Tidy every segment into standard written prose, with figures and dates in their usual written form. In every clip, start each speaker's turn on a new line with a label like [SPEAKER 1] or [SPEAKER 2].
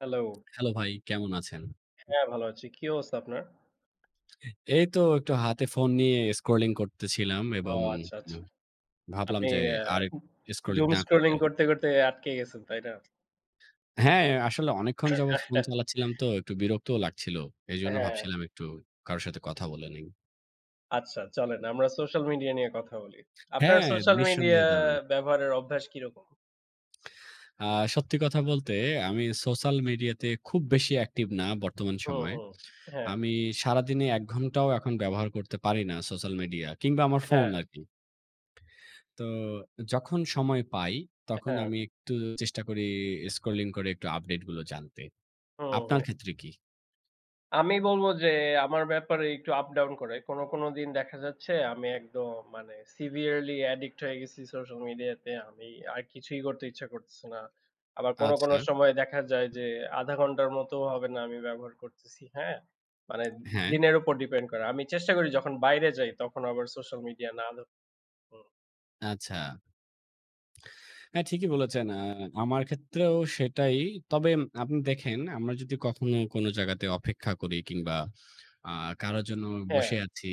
[SPEAKER 1] Hello.
[SPEAKER 2] Hello ভাই, কেমন আছেন?
[SPEAKER 1] হ্যাঁ, ভালো আছি। কি অবস্থা আপনার?
[SPEAKER 2] এই তো একটু হাতে ফোন নিয়ে স্ক্রলিং করতেছিলাম
[SPEAKER 1] ও
[SPEAKER 2] এবং
[SPEAKER 1] আচ্ছা, আচ্ছা।
[SPEAKER 2] উম ভাবলাম
[SPEAKER 1] আপনি
[SPEAKER 2] যে আর স্ক্রলিং
[SPEAKER 1] doom
[SPEAKER 2] না করি
[SPEAKER 1] scrolling
[SPEAKER 2] আর।
[SPEAKER 1] করতে, করতে আটকে গেছেন, তাই না?
[SPEAKER 2] হ্যাঁ, আসলে অনেকক্ষণ যাবৎ ফোন চালাচ্ছিলাম তো একটু বিরক্তও লাগছিল। এজন্য
[SPEAKER 1] হ্যাঁ,
[SPEAKER 2] ভাবছিলাম একটু কারো সাথে কথা বলে নেই।
[SPEAKER 1] আচ্ছা চলেন আমরা সোশ্যাল মিডিয়া নিয়ে কথা বলি। আপনার
[SPEAKER 2] হ্যাঁ,
[SPEAKER 1] সোশ্যাল মিডিয়া
[SPEAKER 2] নিঃসন্দেহে দারুণ।
[SPEAKER 1] ব্যবহারের অভ্যাস কিরকম?
[SPEAKER 2] আ সত্যি কথা বলতে আমি সোশ্যাল মিডিয়াতে খুব বেশি অ্যাক্টিভ না বর্তমান
[SPEAKER 1] হুম,
[SPEAKER 2] সময়ে।
[SPEAKER 1] হুম। হ্যাঁ,
[SPEAKER 2] আমি সারাদিনে ১ ঘন্টাও এখন ব্যবহার করতে পারি না সোশ্যাল মিডিয়া কিংবা আমার
[SPEAKER 1] হ্যাঁ,
[SPEAKER 2] ফোন আরকি। তো যখন সময় পাই, তখন
[SPEAKER 1] হ্যাঁ।
[SPEAKER 2] আমি একটু চেষ্টা করি স্ক্রলিং করে একটু আপডেট গুলো জানতে।
[SPEAKER 1] হুম,
[SPEAKER 2] আপনার
[SPEAKER 1] হুম।
[SPEAKER 2] ক্ষেত্রে কি?
[SPEAKER 1] আমি বলব যে আমার ব্যাপারে একটু আপ ডাউন করে। কোন, কোন দিন দেখা যাচ্ছে আমি একদম মানে severely addict হয়ে গেছি সোশ্যাল মিডিয়াতে। আমি আর কিছুই করতে ইচ্ছা করতেছে না। আবার কোন, কোন
[SPEAKER 2] আচ্ছা,
[SPEAKER 1] সময় দেখা যায় যে ০.৫ ঘন্টার মতও হবে না আমি ব্যবহার করতেছি, হ্যাঁ? মানে
[SPEAKER 2] হ্যাঁ,
[SPEAKER 1] দিনের উপর ডিপেন্ড করে। আমি চেষ্টা করি যখন বাইরে যাই তখন আবার সোশ্যাল মিডিয়া না ধরতে।
[SPEAKER 2] আচ্ছা। হ্যাঁ, ঠিকই বলেছেন। আমার ক্ষেত্রেও সেটাই। তবে আপনি দেখেন আমরা যদি কখনো কোনো জায়গাতে অপেক্ষা করি কিংবা আ কারো জন্য
[SPEAKER 1] হ্যাঁ,
[SPEAKER 2] বসে আছি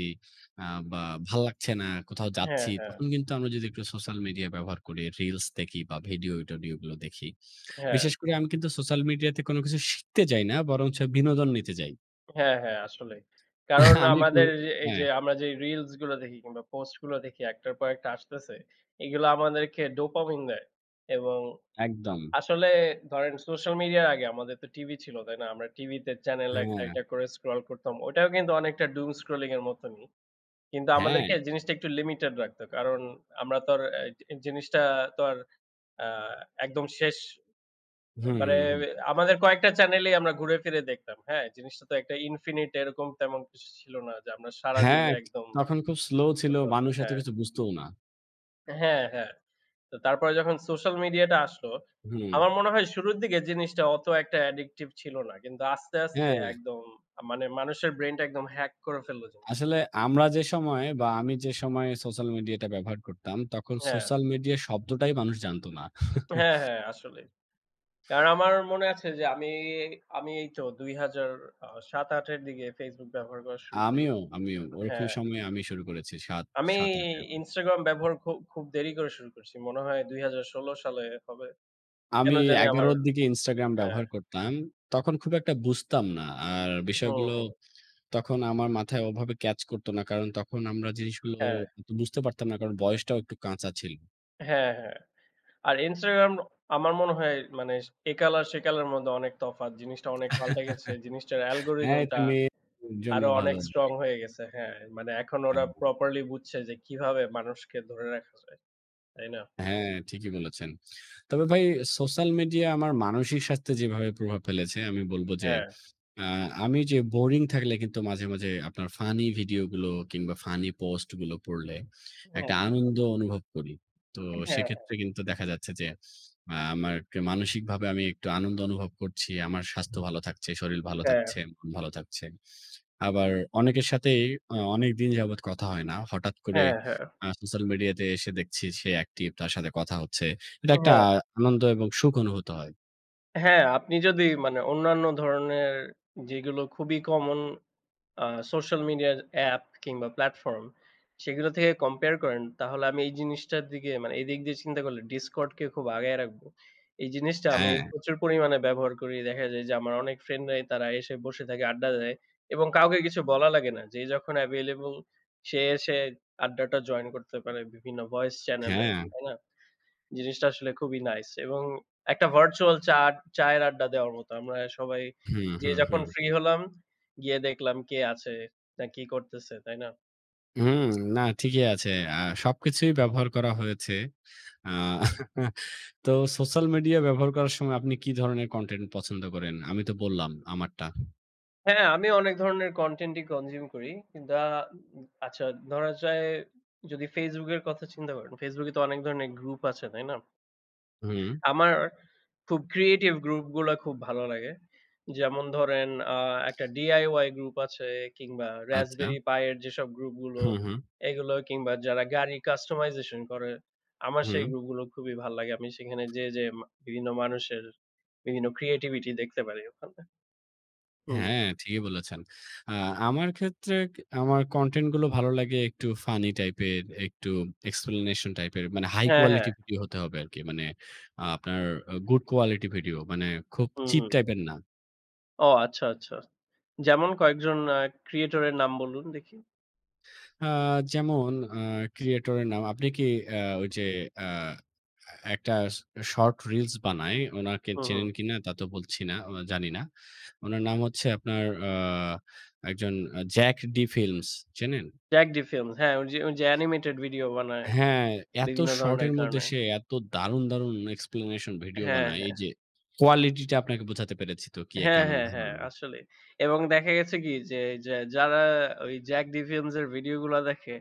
[SPEAKER 2] আ বা ভাল লাগছে না, কোথাও
[SPEAKER 1] হ্যাঁ,
[SPEAKER 2] যাচ্ছি,
[SPEAKER 1] হ্যাঁ,
[SPEAKER 2] তখন কিন্তু আমরা যদি একটু সোশ্যাল মিডিয়া ব্যবহার করি, রিলস দেখি বা ভিডিও-টিডিও গুলো দেখি।
[SPEAKER 1] হ্যাঁ।
[SPEAKER 2] বিশেষ করে আমি কিন্তু সোশ্যাল মিডিয়াতে কোন কিছু শিখতে যাই না। বরঞ্চ বিনোদন নিতে যাই।
[SPEAKER 1] হ্যাঁ, হ্যাঁ, আসলেই। কারণ
[SPEAKER 2] আমি একটু
[SPEAKER 1] আমাদের যে এই
[SPEAKER 2] হ্যাঁ,
[SPEAKER 1] যে আমরা যে রিলস গুলো দেখি কিংবা পোস্ট গুলো দেখি একটার পর একটা আসতেছে। এগুলো আমাদেরকে ডোপামিন দেয়। এবং
[SPEAKER 2] একদম।
[SPEAKER 1] আসলে ধরেন সোশ্যাল মিডিয়ার আগে আমাদের তো টিভি ছিল, তাই না? আমরা টিভিতে চ্যানেল একটা,
[SPEAKER 2] হ্যাঁ,
[SPEAKER 1] একটা করে স্ক্রল করতাম। ওটাও কিন্তু অনেকটা doom scrolling এর মতনই। কিন্তু
[SPEAKER 2] হ্যাঁ।
[SPEAKER 1] আমাদেরকে জিনিসটা একটু লিমিটেড রাখতো। কারণ আমরা তো আর অ্যা জি জিনিসটা তো আর আ একদম শেষ
[SPEAKER 2] হুম,
[SPEAKER 1] মানে
[SPEAKER 2] হুম, হুম।
[SPEAKER 1] আমাদের কয়েকটা চ্যানেলেই আমরা ঘুরে ফিরে দেখতাম। হ্যাঁ, জিনিসটা তো একটা ইনফিনিট এরকম তেমন কিছু ছিল না যে আমরা সারাদিন
[SPEAKER 2] হ্যাঁ,
[SPEAKER 1] একদম
[SPEAKER 2] তখন খুব স্লো ছিল। মানুষ এত
[SPEAKER 1] হ্যাঁ,
[SPEAKER 2] কিছু বুঝতও না।
[SPEAKER 1] হ্যাঁ, হ্যাঁ। তো তারপরে যখন সোশ্যাল মিডিয়াটা আসলো,
[SPEAKER 2] হুম।
[SPEAKER 1] আমার মনে হয় শুরুর দিকে জিনিসটা অত একটা অ্যাডিক্টিভ ছিল না। কিন্তু আস্তে, আস্তে
[SPEAKER 2] হ্যাঁ,
[SPEAKER 1] একদম মানে মানুষের ব্রেইনটা একদম হ্যাক করে ফেললো জিনিসটা।
[SPEAKER 2] আসলে আমরা যে সময়ে বা আমি যে সময়ে সোশ্যাল মিডিয়াটা ব্যবহার করতাম, তখন
[SPEAKER 1] হ্যাঁ,
[SPEAKER 2] সোশ্যাল মিডিয়া শব্দটাই মানুষ জানত না।
[SPEAKER 1] হ্যাঁ, হ্যাঁ আসলেই। কারণ আমার মনে আছে যে আমি এই তো ২০০০ ৭-৮ এর দিকে Facebook ব্যবহার করা শুরু করি।
[SPEAKER 2] আমিও ওরকম
[SPEAKER 1] হ্যাঁ।
[SPEAKER 2] সময়ে আমি শুরু করেছি ৭,
[SPEAKER 1] আমি
[SPEAKER 2] ৭-৮ এরকম।
[SPEAKER 1] Instagram ব্যবহার খুব দেরি করে শুরু করছি। মনে হয় ২০১৬ সালে হবে। কেন
[SPEAKER 2] আমি
[SPEAKER 1] জানি আমার
[SPEAKER 2] ১১ র দিকে Instagram
[SPEAKER 1] হ্যাঁ,
[SPEAKER 2] ব্যবহার করতাম। তখন খুব একটা বুঝতাম না। আর
[SPEAKER 1] হুম,
[SPEAKER 2] বিষয়গুলো
[SPEAKER 1] হুম।
[SPEAKER 2] তখন আমার মাথায় ওভাবে ক্যাচ করত না। কারণ তখন আমরা জিনিসগুলো
[SPEAKER 1] হ্যাঁ,
[SPEAKER 2] অত বুঝতে পারতাম না। কারণ বয়সটাও একটু কাঁচা ছিল।
[SPEAKER 1] হ্যাঁ, হ্যাঁ। আর Instagram আমার মনে হয় মানে একাল আর সেকালের মধ্যে অনেক তফাৎ। জিনিসটা অনেক পাল্টে গেছে। জিনিসটার
[SPEAKER 2] হ্যাঁ,
[SPEAKER 1] অ্যালগরিদম
[SPEAKER 2] এটা
[SPEAKER 1] টা
[SPEAKER 2] মেয়ের জন্য
[SPEAKER 1] আরো
[SPEAKER 2] ভালো
[SPEAKER 1] অনেক স্ট্রং
[SPEAKER 2] আরকি।
[SPEAKER 1] হয়ে গেছে। হ্যাঁ, মানে এখন ওরা
[SPEAKER 2] হ্যাঁ,
[SPEAKER 1] প্রপারলি বুঝছে যে কিভাবে মানুষকে ধরে রাখা যায়। তাই না?
[SPEAKER 2] হ্যাঁ, ঠিকই বলেছেন। তবে ভাই, সোশ্যাল মিডিয়া আমার মানসিক স্বাস্থ্যে যেভাবে প্রভাব ফেলেছে আমি বলব যে
[SPEAKER 1] হ্যাঁ,
[SPEAKER 2] আ আমি যে বোরিং থাকলে কিন্তু মাঝে, মাঝে আপনার ফানি ভিডিও গুলো কিংবা ফানি পোস্ট গুলো পড়লে
[SPEAKER 1] হ্যাঁ,
[SPEAKER 2] একটা আনন্দ অনুভব করি। তো
[SPEAKER 1] হ্যাঁ,
[SPEAKER 2] সেক্ষেত্রে কিন্তু দেখা যাচ্ছে যে আমাকে মানসিকভাবে আমি একটু আনন্দ অনুভব করছি। আমার স্বাস্থ্য ভালো থাকছে, শরীর ভালো
[SPEAKER 1] হ্যাঁ,
[SPEAKER 2] থাকছে, মন ভালো থাকছে। আবার অনেকের সাথেই অনেকদিন যাবৎ কথা হয় না। হঠাৎ করে
[SPEAKER 1] হ্যাঁ, হ্যাঁ,
[SPEAKER 2] সোশ্যাল মিডিয়াতে এসে দেখছি সে অ্যাক্টিভ, তার সাথে কথা হচ্ছে। এটা একটা
[SPEAKER 1] হ্যাঁ,
[SPEAKER 2] আনন্দ এবং সুখ অনুভূত হয়।
[SPEAKER 1] হ্যাঁ, আপনি যদি মানে অন্যান্য ধরনের যেগুলো খুবই কমন আ সোশ্যাল মিডিয়ার অ্যাপ কিংবা প্ল্যাটফর্ম সেগুলো থেকে কম্পেয়ার করেন, তাহলে আমি এই জিনিসটার দিকে মানে এই দিক দিয়ে চিন্তা করলে Discordকে খুব আগায় রাখবো। এই জিনিসটা আমি
[SPEAKER 2] হ্যাঁ,
[SPEAKER 1] প্রচুর পরিমাণে ব্যবহার করি। দেখা যায় যে আমার অনেক ফ্রেন্ডরাই তারা এসে বসে থাকে, আড্ডা দেয় এবং কাউকে কিছু বলা লাগে না। যে যখন অ্যাভেইলেবল সে এসে আড্ডাটা জয়েন করতে পারে বিভিন্ন ভয়েস চ্যানেলে,
[SPEAKER 2] হ্যাঁ।
[SPEAKER 1] তাই না? জিনিসটা আসলে খুবই নাইস এবং একটা ভার্চুয়াল চায়ের আড্ডা দেওয়ার মতো। আমরা সবাই
[SPEAKER 2] হুম,
[SPEAKER 1] যে
[SPEAKER 2] হুম,
[SPEAKER 1] যখন
[SPEAKER 2] হুম।
[SPEAKER 1] ফ্রি হলাম, গিয়ে দেখলাম কে আছে, না কি করতেছে, তাই না?
[SPEAKER 2] হুম, না ঠিকই আছে। আ সবকিছুই ব্যবহার করা হয়েছে। আ তো সোশ্যাল মিডিয়া ব্যবহার করার সময় আপনি কি ধরনের কনটেন্ট পছন্দ করেন? আমি তো বললাম আমারটা।
[SPEAKER 1] হ্যাঁ, আমি অনেক ধরনের কনটেন্টই কনজিউম করি। দা আচ্ছা ধরা যায় যদি Facebook এর কথা চিন্তা করেন, Facebook এ তো অনেক ধরনের গ্রুপ আছে, তাই না?
[SPEAKER 2] হুম,
[SPEAKER 1] আমার খুব ক্রিয়েটিভ গ্রুপ গুলা খুব ভালো লাগে। যেমন ধরেন আ একটা DIY গ্রুপ আছে কিংবা
[SPEAKER 2] আচ্ছা।
[SPEAKER 1] Raspberry Pi এর যেসব গ্রুপ গুলো,
[SPEAKER 2] হুম, হুম,
[SPEAKER 1] এগুলো কিংবা যারা গাড়ির customization করে, আমার সেই
[SPEAKER 2] হুম।
[SPEAKER 1] গ্রুপ গুলো খুবই ভাল লাগে। আমি সেখানে যেয়ে, যেয়ে বিভিন্ন মানুষের বিভিন্ন creativity দেখতে পারি ওখানে। হুম।
[SPEAKER 2] হ্যাঁ, ঠিকই বলেছেন। আ আমার ক্ষেত্রে আমার কনটেন্ট গুলো ভালো লাগে একটু ফানি টাইপের, একটু এক্সপ্লেনেশন টাইপের মানে হাই
[SPEAKER 1] হ্যাঁ, হ্যাঁ।
[SPEAKER 2] কোয়ালিটি ভিডিও হতে হবে আরকি। মানে আপনার গুড কোয়ালিটি ভিডিও মানে খুব
[SPEAKER 1] হুম,
[SPEAKER 2] চিপ
[SPEAKER 1] হুম।
[SPEAKER 2] টাইপের না।
[SPEAKER 1] ও আচ্ছা, আচ্ছা। যেমন কয়েকজন ক্রিয়েটর এর নাম বলুন দেখি।
[SPEAKER 2] আ যেমন আ ক্রিয়েটরের নাম আপনি কি ওই যে আ একটা শর্ট রিলস বানায়, উনাকে
[SPEAKER 1] হুম, হুম।
[SPEAKER 2] চেনেন কিনা তা তো বলছি না, জানি না। উনার নাম হচ্ছে আপনার একজন জ্যাক ডি ফিল্মস, চেনেন?
[SPEAKER 1] Jack D Films হ্যাঁ, ওই যে, ওই যে, অ্যানিমেটেড ভিডিও বানায়
[SPEAKER 2] হ্যাঁ, এত
[SPEAKER 1] বিভিন্ন ধরনের
[SPEAKER 2] শর্টের মধ্যে
[SPEAKER 1] কারণে।
[SPEAKER 2] সে এত দারুণ, দারুণ explanation ভিডিও বানায়। এই
[SPEAKER 1] হ্যাঁ।
[SPEAKER 2] যে কোয়ালিটিটা আপনাকে বোঝাতে পেরেছি তো কি
[SPEAKER 1] হ্যাঁ,
[SPEAKER 2] কেমন
[SPEAKER 1] হ্যাঁ,
[SPEAKER 2] ভালো
[SPEAKER 1] হ্যাঁ,
[SPEAKER 2] লাগে।
[SPEAKER 1] আসলেই। এবং দেখা গেছে কি যে, যে যারা ওই জ্যাক ডিভিয়েন্স এর ভিডিও গুলা দেখে,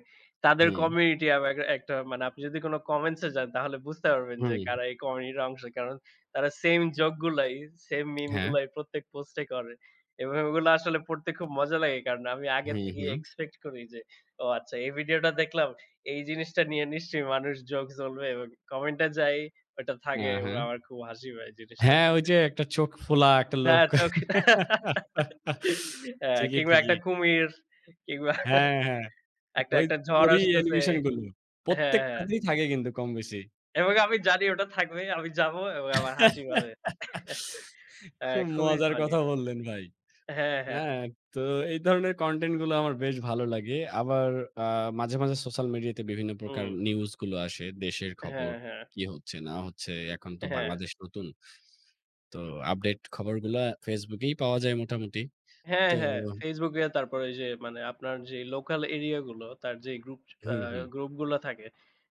[SPEAKER 1] তাদের
[SPEAKER 2] হুম,
[SPEAKER 1] কমিউনিটি আবার একটা মানে আপনি যদি কোন কমেন্টস এ যান তাহলে বুঝতে পারবেন যে
[SPEAKER 2] হুম,
[SPEAKER 1] কারা এই কমিউনিটির অংশ। কারণ তারা সেইম জোক গুলাই, সেইম মিম
[SPEAKER 2] হ্যাঁ,
[SPEAKER 1] গুলাই প্রত্যেক পোস্টে করে। এবং ওগুলো আসলে পড়তে খুব মজা লাগে। কারণ আমি আগের
[SPEAKER 2] হুম,
[SPEAKER 1] থেকেই
[SPEAKER 2] হুম,
[SPEAKER 1] এক্সপেক্ট করি যে, ও আচ্ছা এই ভিডিওটা দেখলাম, এই জিনিসটা নিয়ে নিশ্চয়ই মানুষ জোকস বলবে এবং কমেন্টে যাই ওটা থাকে
[SPEAKER 2] হ্যাঁ,
[SPEAKER 1] এবং
[SPEAKER 2] হ্যাঁ।
[SPEAKER 1] আমার খুব হাসি পায় জিনিসটা।
[SPEAKER 2] হ্যাঁ, ওই যে একটা চোখ ফোলা একটা
[SPEAKER 1] হ্যাঁ,
[SPEAKER 2] লোক।
[SPEAKER 1] চোখ হ্যাঁ,
[SPEAKER 2] ঠিকই,
[SPEAKER 1] কিংবা একটা
[SPEAKER 2] ঠিকই।
[SPEAKER 1] কুমির কিংবা
[SPEAKER 2] হ্যাঁ, হ্যাঁ।
[SPEAKER 1] একটা
[SPEAKER 2] ওই
[SPEAKER 1] একটা ঝড়
[SPEAKER 2] ওরই
[SPEAKER 1] আসতেছে।
[SPEAKER 2] অ্যানিমেশন গুলো।
[SPEAKER 1] হ্যাঁ, হ্যাঁ।
[SPEAKER 2] প্রত্যেকটাতেই থাকে কিন্তু কম বেশি।
[SPEAKER 1] এবং আমি জানি ওটা থাকবে। আমি যাবো এবং আমার হাসি পাবে। হ্যাঁ,
[SPEAKER 2] খুব
[SPEAKER 1] খুবই
[SPEAKER 2] মজার
[SPEAKER 1] ফানি।
[SPEAKER 2] কথা বললেন ভাই।
[SPEAKER 1] হ্যাঁ, হ্যাঁ।
[SPEAKER 2] হ্যাঁ, তো এই ধরনের কনটেন্ট গুলো আমার বেশ ভালো লাগে। আবার আ মাঝে, মাঝে সোশ্যাল মিডিয়াতে বিভিন্ন প্রকার
[SPEAKER 1] হুম।
[SPEAKER 2] নিউজ গুলো আসে। দেশের খবর
[SPEAKER 1] হ্যাঁ, হ্যাঁ,
[SPEAKER 2] কি হচ্ছে না হচ্ছে। এখন তো
[SPEAKER 1] হ্যাঁ।
[SPEAKER 2] বাংলাদেশ নতুন। তো আপডেট খবরগুলা Facebook এই পাওয়া যায় মোটামুটি।
[SPEAKER 1] হ্যাঁ,
[SPEAKER 2] তো
[SPEAKER 1] হ্যাঁ। Facebook এ তারপরে ওই যে মানে আপনার যে লোকাল এরিয়া গুলো তার যে গ্রুপ আ
[SPEAKER 2] হুম, হুম,
[SPEAKER 1] গ্রুপ গুলো থাকে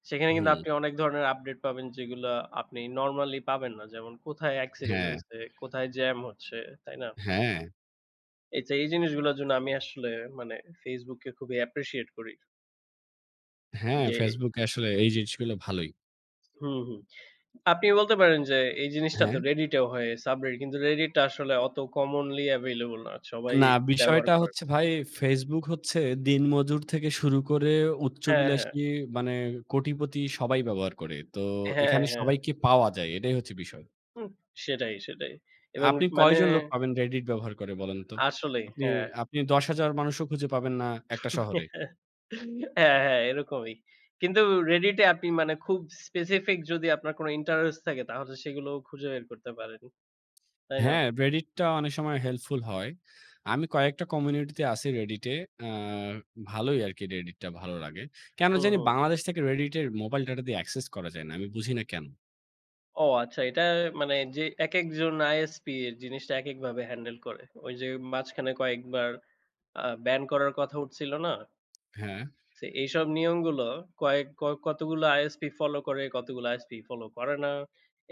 [SPEAKER 1] সেখানে কিন্তু
[SPEAKER 2] হুম।
[SPEAKER 1] আপনি অনেক ধরনের আপডেট পাবেন যেগুলো আপনি নরমালি পাবেন না। যেমন কোথায় অ্যাক্সিডেন্ট
[SPEAKER 2] হ্যাঁ,
[SPEAKER 1] হইছে, কোথায় জ্যাম হচ্ছে, তাই না?
[SPEAKER 2] হ্যাঁ,
[SPEAKER 1] এইযে এই জিনিসগুলোর জন্য আমি আসলে মানে Facebook কে খুবই অ্যাপ্রিশিয়েট করি।
[SPEAKER 2] হ্যাঁ,
[SPEAKER 1] যে
[SPEAKER 2] Facebook এ আসলে এই জিনিসগুলো ভালোই।
[SPEAKER 1] হুম, হুম। আপনি বলতে পারেন যে এই জিনিসটা
[SPEAKER 2] হ্যাঁ?
[SPEAKER 1] তো Reddit এও হয়, Subreddit কিন্তু Reddit টা আসলে অত commonly available না। সবাই
[SPEAKER 2] না,
[SPEAKER 1] ব্যবহার
[SPEAKER 2] বিষয়টা
[SPEAKER 1] করে
[SPEAKER 2] হচ্ছে
[SPEAKER 1] না।
[SPEAKER 2] ভাই, Facebook হচ্ছে দিনমজুর থেকে শুরু করে
[SPEAKER 1] হ্যাঁ, হ্যাঁ।
[SPEAKER 2] উচ্চবিলাসী মানে কোটিপতি সবাই ব্যবহার করে। তো
[SPEAKER 1] হ্যাঁ,
[SPEAKER 2] এখানে
[SPEAKER 1] হ্যাঁ।
[SPEAKER 2] সবাইকে পাওয়া যায়। এটাই হচ্ছে বিষয়।
[SPEAKER 1] হুম, সেটাই, সেটাই। এবং
[SPEAKER 2] আপনি
[SPEAKER 1] মানে
[SPEAKER 2] কয়জন লোক পাবেন Reddit ব্যবহার করে বলেন তো?
[SPEAKER 1] আসলেই
[SPEAKER 2] আপনি,
[SPEAKER 1] হ্যাঁ।
[SPEAKER 2] আপনি ১০,০০০ মানুষও খুঁজে পাবেন না একটা শহরে।
[SPEAKER 1] হ্যাঁ, হ্যাঁ, এরকমই। কিন্তু Reddit এ আপনি মানে খুব specific যদি আপনার কোনো ইন্টারেস্ট থাকে তাহলে সেগুলোও খুঁজে বের করতে পারেন। তাই না?
[SPEAKER 2] হ্যাঁ, Reddit টা অনেক সময় হেল্পফুল হয়। আমি কয়েকটা কমিউনিটিতে আছি Reddit এ। আ ভালোই আরকি Reddit টা ভালো লাগে। কেন
[SPEAKER 1] হুম,
[SPEAKER 2] জানি
[SPEAKER 1] হুম।
[SPEAKER 2] বাংলাদেশ থেকে Reddit এর মোবাইল ডাটা দিয়ে access করা যায় না। আমি বুঝি না কেন?
[SPEAKER 1] ও আচ্ছা, এটা মানে যে একেকজন ISP এর জিনিসটা একেকভাবে হ্যান্ডেল করে। ওই যে মাঝখানে কয়েকবার ব্যান করার কথা উঠছিল না?
[SPEAKER 2] হ্যাঁ।
[SPEAKER 1] সে এইসব নিয়মগুলো কয়েক ক কতগুলো ISP ফলো করে, কতগুলো ISP ফলো করে না।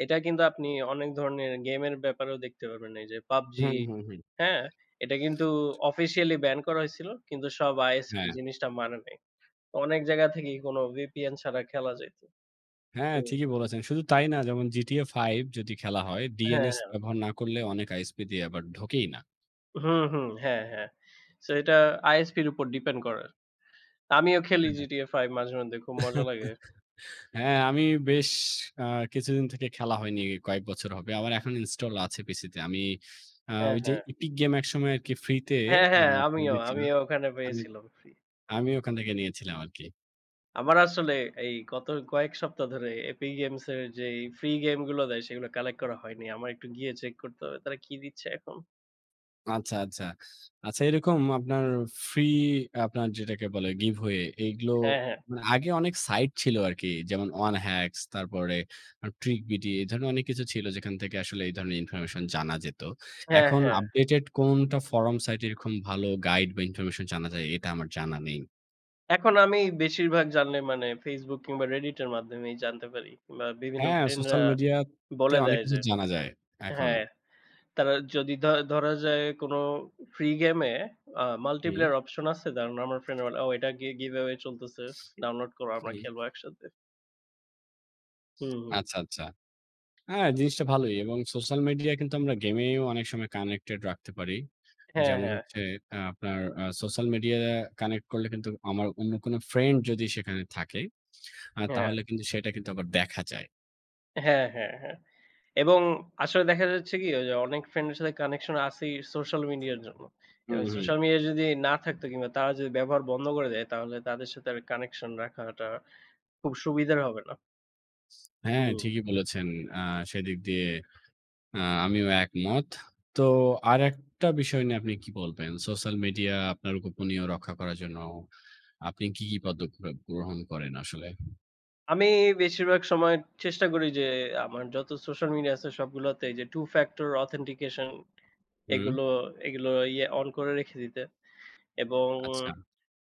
[SPEAKER 1] এটা কিন্তু আপনি অনেক ধরনের গেমের ব্যাপারেও দেখতে পারবেন। এই যে PUBG,
[SPEAKER 2] হুম, হুম, হুম।
[SPEAKER 1] হ্যাঁ? এটা কিন্তু অফিসিয়ালি ব্যান করা হয়েছিল। কিন্তু সব ISP
[SPEAKER 2] হ্যাঁ,
[SPEAKER 1] জিনিসটা মানে নাই। অনেক জায়গা থেকেই কোনো VPN ছাড়া খেলা যেত।
[SPEAKER 2] হ্যাঁ,
[SPEAKER 1] হুম।
[SPEAKER 2] ঠিকই বলেছেন। শুধু তাই না যেমন GTA 5 যদি খেলা হয়,
[SPEAKER 1] হ্যাঁ,
[SPEAKER 2] DNS
[SPEAKER 1] হ্যাঁ।
[SPEAKER 2] ব্যবহার না করলে অনেক ISP দিয়ে আবার ঢোকেই না।
[SPEAKER 1] হুম, হুম। হ্যাঁ, হ্যাঁ। সো এটা আইএসপির উপর ডিপেন্ড করে। আমিও খেলি GTA 5 মাঝে-মধ্যে খুব মজা লাগে।
[SPEAKER 2] হ্যাঁ, আমি বেশ আ কিছুদিন থেকে খেলা হয়নি। কয়েক বছর হবে। আমার এখন ইনস্টল আছে পিসিতে। আমি
[SPEAKER 1] হ্যাঁ,
[SPEAKER 2] ওই যে
[SPEAKER 1] হ্যাঁ।
[SPEAKER 2] Epic Game একসময় আরকি ফ্রিতে
[SPEAKER 1] হ্যাঁ,
[SPEAKER 2] আ
[SPEAKER 1] হ্যাঁ। আমিও,
[SPEAKER 2] দিচ্ছিল।
[SPEAKER 1] আমিও ওখানে
[SPEAKER 2] আমি
[SPEAKER 1] পেয়েছিলাম ফ্রি।
[SPEAKER 2] আমি ওখান থেকে নিয়েছিলাম আরকি।
[SPEAKER 1] আমার আসলে এই গত কয়েক সপ্তাহ ধরে Epic Games এর যেই ফ্রি গেম গুলো দেয় সেগুলো কালেক্ট করা হয়নি। আমার একটু গিয়ে চেক করতে হবে তারা কি দিচ্ছে এখন।
[SPEAKER 2] আচ্ছা, আচ্ছা। আচ্ছা এরকম আপনার ফ্রি আপনার যেটাকে বলে গিভওয়ে এইগুলো
[SPEAKER 1] হ্যাঁ, হ্যাঁ।
[SPEAKER 2] মানে আগে অনেক সাইট ছিল আরকি। যেমন OneHacks তারপরে TrickBT এই ধরনের অনেক কিছু ছিল যেখান থেকে আসলে এই ধরনের ইনফরমেশন জানা যেত।
[SPEAKER 1] হ্যাঁ,
[SPEAKER 2] এখন
[SPEAKER 1] হ্যাঁ।
[SPEAKER 2] আপডেটেড কোনটা ফোরাম সাইট এরকম ভালো গাইড বা ইনফরমেশন জানা যায় এটা আমার জানা নেই।
[SPEAKER 1] এখন আমি বেশিরভাগ জানলে মানে Facebook কিংবা Reddit এর মাধ্যমেই জানতে পারি। কিংবা বিভিন্ন
[SPEAKER 2] হ্যাঁ,
[SPEAKER 1] ফ্রেন্ডরা
[SPEAKER 2] সোশ্যাল মিডিয়াতে
[SPEAKER 1] বলে
[SPEAKER 2] অনেক
[SPEAKER 1] দেয়
[SPEAKER 2] কিছু
[SPEAKER 1] যে
[SPEAKER 2] জানা যায় এখন।
[SPEAKER 1] হ্যাঁ। তারা যদি ধরা যায় কোনো ফ্রি গেমে
[SPEAKER 2] হুম,
[SPEAKER 1] multiplayer অপশন আছে? ধরেন আমার ফ্রেন্ড বলে, "ও এটা giveaway চলতেছে। ডাউনলোড করো আমরা
[SPEAKER 2] হুম।
[SPEAKER 1] খেলবো একসাথে।" হুম, হুম।
[SPEAKER 2] আচ্ছা, আচ্ছা। হ্যাঁ, জিনিসটা ভালোই এবং সোশ্যাল মিডিয়া কিন্তু আমরা গেমেও অনেক সময় কানেক্টেড রাখতে পারি।
[SPEAKER 1] হ্যাঁ,
[SPEAKER 2] যেমন
[SPEAKER 1] হ্যাঁ,
[SPEAKER 2] হচ্ছে আপনার সোশ্যাল মিডিয়া কানেক্ট করলে কিন্তু আমার অন্য কোনো ফ্রেন্ড যদি সেখানে থাকে,
[SPEAKER 1] হ্যাঁ।
[SPEAKER 2] তাহলে কিন্তু সেটা কিন্তু আবার দেখা যায়।
[SPEAKER 1] হ্যাঁ, হ্যাঁ, হ্যাঁ। এবং আসলে দেখা যাচ্ছে কি ওই যে অনেক ফ্রেন্ডের সাথে কানেকশন আছেই সোশ্যাল মিডিয়ার জন্য।
[SPEAKER 2] হুম,
[SPEAKER 1] এবং
[SPEAKER 2] হুম।
[SPEAKER 1] সোশ্যাল মিডিয়া যদি না থাকতো কিংবা তারা যদি ব্যবহার বন্ধ করে দেয় তাহলে তাদের সাথে আর কানেকশন রাখাটা খুব সুবিধার হবে না।
[SPEAKER 2] হ্যাঁ,
[SPEAKER 1] হুম।
[SPEAKER 2] ঠিকই বলেছেন। আ সেদিক দিয়ে আ আমিও একমত। তো আরেকটা বিষয় নিয়ে আপনি কি বলবেন? সোশ্যাল মিডিয়া আপনার গোপনীয় রক্ষা করার জন্য আপনি কি পদক্ষেপ গ্রহণ করেন আসলে?
[SPEAKER 1] আমি বেশিরভাগ সময় চেষ্টা করি যে আমার যত সোশ্যাল মিডিয়া আছে সবগুলোতে এই যে টু ফ্যাক্টর অথেন্টিকেশন
[SPEAKER 2] হুম,
[SPEAKER 1] এগুলো এগুলো ইয়ে অন করে রেখে দিতে। এবং
[SPEAKER 2] আচ্ছা,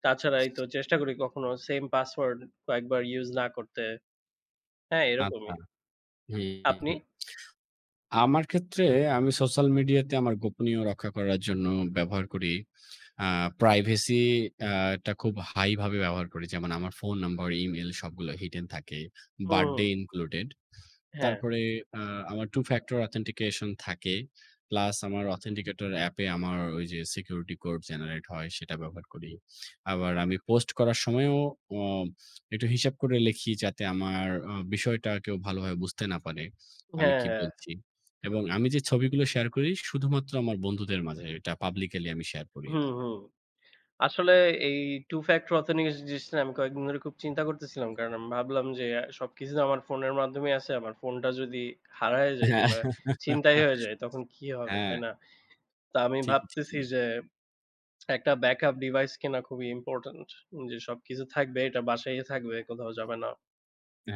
[SPEAKER 1] তাছাড়া এই তো চেষ্টা করি কখনো সেম পাসওয়ার্ড কয়েকবার ইউজ না করতে। হ্যাঁ, এরকমই।
[SPEAKER 2] আচ্ছা। হুম,
[SPEAKER 1] আপনি?
[SPEAKER 2] হুম। আমার ক্ষেত্রে আমি সোশ্যাল মিডিয়াতে আমার গোপনীয় রক্ষা করার জন্য ব্যবহার করি। আ প্রাইভেসি আ টা খুব হাই ভাবে ব্যবহার করি। যেমন আমার ফোন নাম্বার, ইমেইল সবগুলো হিডেন থাকে।
[SPEAKER 1] হুম, হুম।
[SPEAKER 2] Birthday included.
[SPEAKER 1] হ্যাঁ,
[SPEAKER 2] তারপরে আ আমার Two Factor Authentication থাকে। প্লাস আমার Authenticator অ্যাপে আমার ওই যে সিকিউরিটি কোড জেনারেট হয় সেটা ব্যবহার করি। আবার আমি পোস্ট করার সময়ও অ একটু হিসাব করে লিখি যাতে আমার বিষয়টা কেউ ভালোভাবে বুঝতে না পারে। আমি
[SPEAKER 1] হ্যাঁ,
[SPEAKER 2] কি
[SPEAKER 1] হ্যাঁ।
[SPEAKER 2] বলছি। এবং আমি যে ছবিগুলো শেয়ার করি শুধুমাত্র আমার বন্ধুদের মাঝে, এটা পাবলিক্যালি আমি শেয়ার করি না।
[SPEAKER 1] হুম, হুম। আসলে এই Two Factor Authentication আমি কয়েকদিন ধরে খুব চিন্তা করতেছিলাম। কারণ আমি ভাবলাম যে সবকিছু তো আমার ফোনের মাধ্যমেই আছে। আমার ফোনটা যদি হারায় যায়
[SPEAKER 2] হ্যাঁ,
[SPEAKER 1] কিংবা ছিনতাই হয়ে যায় তখন কি হবে, তাই
[SPEAKER 2] হ্যাঁ,
[SPEAKER 1] না? তো আমি
[SPEAKER 2] ঠিকই,
[SPEAKER 1] ভাবতেছি
[SPEAKER 2] ঠিকই।
[SPEAKER 1] যে একটা ব্যাকআপ ডিভাইস কেনা খুবই ইম্পোর্টেন্ট। যে সবকিছু থাকবে, এটা বাসায়ই থাকবে, কোথাও যাবে না।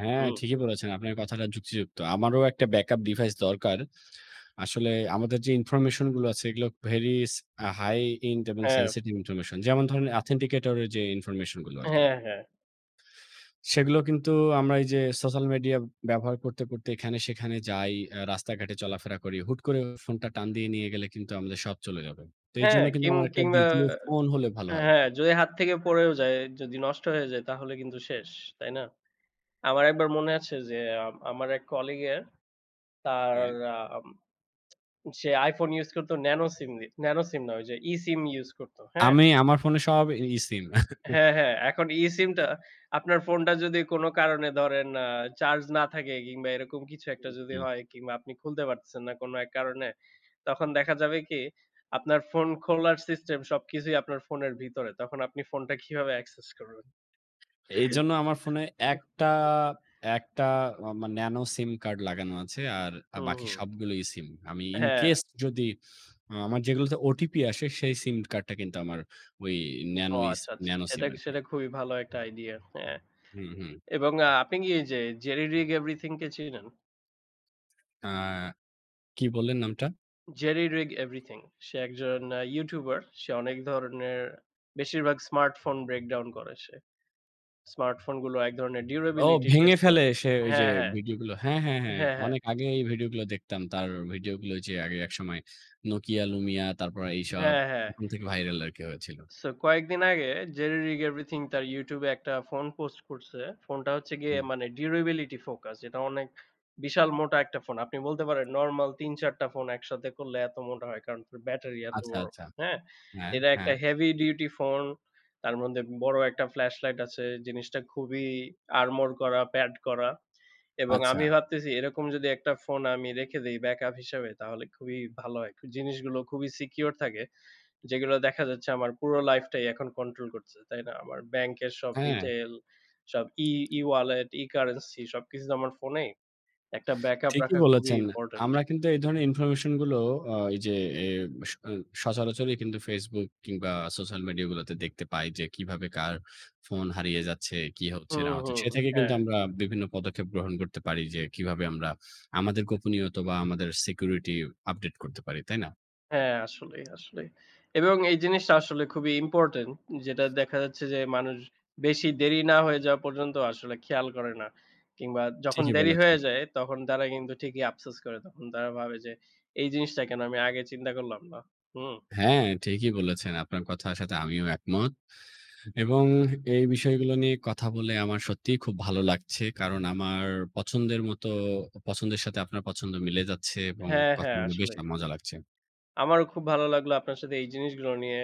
[SPEAKER 2] হ্যাঁ,
[SPEAKER 1] হুম।
[SPEAKER 2] ঠিকই বলেছেন। আপনার কথাটা যুক্তিযুক্ত। আমারও একটা ব্যাকআপ ডিভাইস দরকার। আসলে আমাদের যে ইনফরমেশন গুলো আছে এগুলো ভেরি স আ হাই এন্ড এবং
[SPEAKER 1] হ্যাঁ,
[SPEAKER 2] সেনসিটিভ ইনফরমেশন। যেমন ধরেন authenticator এর যে ইনফরমেশন গুলো আরকি।
[SPEAKER 1] হ্যাঁ, হ্যাঁ।
[SPEAKER 2] সেগুলো কিন্তু আমরা এই যে সোশ্যাল মিডিয়া ব্যবহার করতে, করতে এখানে সেখানে যাই, রাস্তাঘাটে চলাফেরা করি। হুট করে ফোনটা টান দিয়ে নিয়ে গেলে কিন্তু আমাদের সব চলে যাবে। তো
[SPEAKER 1] হ্যাঁ,
[SPEAKER 2] এইজন্য কিন্তু আমার একটা
[SPEAKER 1] কিংবা
[SPEAKER 2] ২য় ফোন হলে ভালো হয়।
[SPEAKER 1] হ্যাঁ, যদি হাত থেকে পড়েও যায়, যদি নষ্ট হয়ে যায় তাহলে কিন্তু শেষ, তাই না? আমার একবার মনে আছে যে আমার এক কলিগের তার
[SPEAKER 2] হ্যাঁ,
[SPEAKER 1] আম সে iPhone ইউজ করত ন্যানো সিম দিয়ে। ন্যানো সিম না ওই যে eSIM ইউজ করত। হ্যাঁ?
[SPEAKER 2] আমি আমার ফোনে সব ই সিম।
[SPEAKER 1] হ্যাঁ, হ্যাঁ। এখন eSIM টা আপনার ফোনটা যদি কোন কারণে ধরেন চার্জ না থাকে কিংবা এরকম কিছু একটা
[SPEAKER 2] হুম, হুম।
[SPEAKER 1] যদি
[SPEAKER 2] জি।
[SPEAKER 1] হয় কিংবা আপনি খুলতে পারতেছেন না কোন এক কারণে, তখন দেখা যাবে কি আপনার ফোন খোলার সিস্টেম সবকিছুই আপনার ফোনের ভিতরে। তখন আপনি ফোনটা কিভাবে অ্যাক্সেস করবেন?
[SPEAKER 2] এইজন্য আমার ফোনে একটা, একটা আ মা ন্যানো সিম কার্ড লাগানো আছে। আর
[SPEAKER 1] হুম,
[SPEAKER 2] বাকি
[SPEAKER 1] হুম।
[SPEAKER 2] সবগুলোই সিম। আমি ইন
[SPEAKER 1] হ্যাঁ।
[SPEAKER 2] কেস যদি আমার যেগুলোতে ওটিপি আসে সেই সিম কার্ডটা কিন্তু আমার ওই
[SPEAKER 1] ও
[SPEAKER 2] ন্যানো ইস
[SPEAKER 1] আচ্ছা, আচ্ছা।
[SPEAKER 2] ন্যানো
[SPEAKER 1] সেটা
[SPEAKER 2] সিম আরকি।
[SPEAKER 1] সেটা খুবই ভালো একটা আইডিয়া। হ্যাঁ।
[SPEAKER 2] হুম, হুম।
[SPEAKER 1] এবং আপনি কি এই যে 'জেরি রিগ এভরিথিং' কে চিনেন?
[SPEAKER 2] আ কি বললেন নামটা?
[SPEAKER 1] 'Jerry Rig Everything' সে একজন ইউটিউবার। সে অনেক ধরনের বেশিরভাগ স্মার্টফোন ব্রেকডাউন করে সে। স্মার্টফোন গুলো এক ধরনের
[SPEAKER 2] ও
[SPEAKER 1] ডিউরেবিলিটি
[SPEAKER 2] ভেঙে
[SPEAKER 1] টেস্ট করে
[SPEAKER 2] ফেলে সে ওই যে
[SPEAKER 1] হ্যাঁ, হ্যাঁ।
[SPEAKER 2] ভিডিওগুলো হ্যাঁ, হ্যাঁ, হ্যাঁ।
[SPEAKER 1] হ্যাঁ, হ্যাঁ।
[SPEAKER 2] অনেক আগে এই ভিডিওগুলো দেখতাম। তার ভিডিওগুলো যে আগে একসময় Nokia, Lumia তারপর এইসব
[SPEAKER 1] হ্যাঁ, হ্যাঁ।
[SPEAKER 2] ওখান থেকে ভাইরাল আরকি হয়েছিল।
[SPEAKER 1] সো কয়েকদিন আগে 'Jerry Rig Everything' তার YouTube এ একটা ফোন পোস্ট করছে। ফোনটা হচ্ছে গিয়ে
[SPEAKER 2] হুম।
[SPEAKER 1] মানে durability focus যেটা অনেক বিশাল মোটা একটা ফোন। আপনি বলতে পারেন নরমাল ৩-৪ টা ফোন একসাথে করলে এত মোটা হয়। কারণ তার ব্যাটারি এত
[SPEAKER 2] আচ্ছা,
[SPEAKER 1] বড়।
[SPEAKER 2] আচ্ছা।
[SPEAKER 1] হ্যাঁ?
[SPEAKER 2] হ্যাঁ,
[SPEAKER 1] এটা একটা
[SPEAKER 2] হ্যাঁ।
[SPEAKER 1] Heavy duty phone. তার মধ্যে বড় একটা ফ্ল্যাশ লাইট আছে। জিনিসটা খুবই আর্মর করা, প্যাড করা। এবং
[SPEAKER 2] আচ্ছা।
[SPEAKER 1] আমি ভাবতেছি এরকম যদি একটা ফোন আমি রেখে দেই ব্যাকআপ হিসেবে তাহলে খুবই ভালো হয়। জিনিসগুলো খুবই সিকিউর থাকে। যেগুলো দেখা যাচ্ছে আমার পুরো লাইফটাই এখন কন্ট্রোল করছে। তাই না? আমার ব্যাংকের সব
[SPEAKER 2] হ্যাঁ,
[SPEAKER 1] ডিটেইল, সব ই-ওয়ালেট, ই-কারেন্সি সবকিছু তো আমার ফোনেই। একটা ব্যাকআপ
[SPEAKER 2] ঠিকই
[SPEAKER 1] রাখা খুবই
[SPEAKER 2] বলেছেন।
[SPEAKER 1] ইম্পোর্টেন্ট।
[SPEAKER 2] আমরা কিন্তু এই ধরনের ইনফরমেশন গুলো আ এই যে এ স আহ, সচরাচরই কিন্তু Facebook কিংবা সোশ্যাল মিডিয়া গুলোতে দেখতে পাই যে কিভাবে কার ফোন হারিয়ে যাচ্ছে, কি হচ্ছে না
[SPEAKER 1] হুম,
[SPEAKER 2] হচ্ছে।
[SPEAKER 1] হুম।
[SPEAKER 2] সে থেকে কিন্তু
[SPEAKER 1] হ্যাঁ,
[SPEAKER 2] আমরা বিভিন্ন পদক্ষেপ গ্রহণ করতে পারি যে কিভাবে আমরা আমাদের গোপনীয়তা বা আমাদের সিকিউরিটি আপডেট করতে পারি। তাই না?
[SPEAKER 1] হ্যাঁ, আসলেই, আসলেই। এবং এই জিনিসটা আসলে খুবই ইম্পোর্টেন্ট। যেটা দেখা যাচ্ছে যে মানুষ বেশি দেরি না হয়ে যাওয়া পর্যন্ত আসলে খেয়াল করে না। কিংবা যখন
[SPEAKER 2] ঠিকই
[SPEAKER 1] দেরি
[SPEAKER 2] বলেছেন।
[SPEAKER 1] হয়ে যায় তখন তারা কিন্তু ঠিকই আফসোস করে। তখন তারা ভাবে যে এই জিনিসটা কেন আমি আগে চিন্তা করলাম না। হুম।
[SPEAKER 2] হ্যাঁ, ঠিকই বলেছেন। আপনার কথার সাথে আমিও একমত। এবং এই বিষয়গুলো নিয়ে কথা বলে আমার সত্যিই খুব ভালো লাগছে। কারণ আমার পছন্দের মতো, পছন্দের সাথে আপনার পছন্দ মিলে যাচ্ছে এবং
[SPEAKER 1] হ্যাঁ,
[SPEAKER 2] কথা
[SPEAKER 1] হ্যাঁ,
[SPEAKER 2] বলে বেশ
[SPEAKER 1] আসলেই।
[SPEAKER 2] মজা লাগছে।
[SPEAKER 1] আমারও খুব ভালো লাগলো আপনার সাথে এই জিনিসগুলো নিয়ে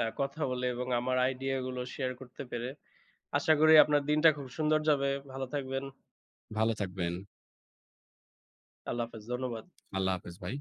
[SPEAKER 1] কথা বলে এবং আমার আইডিয়া গুলো শেয়ার করতে পেরে। আশা করি আপনার দিনটা খুব সুন্দর যাবে। ভালো থাকবেন।
[SPEAKER 2] ভালো থাকবেন।
[SPEAKER 1] আল্লাহ হাফেজ। ধন্যবাদ।
[SPEAKER 2] আল্লাহ হাফেজ ভাই।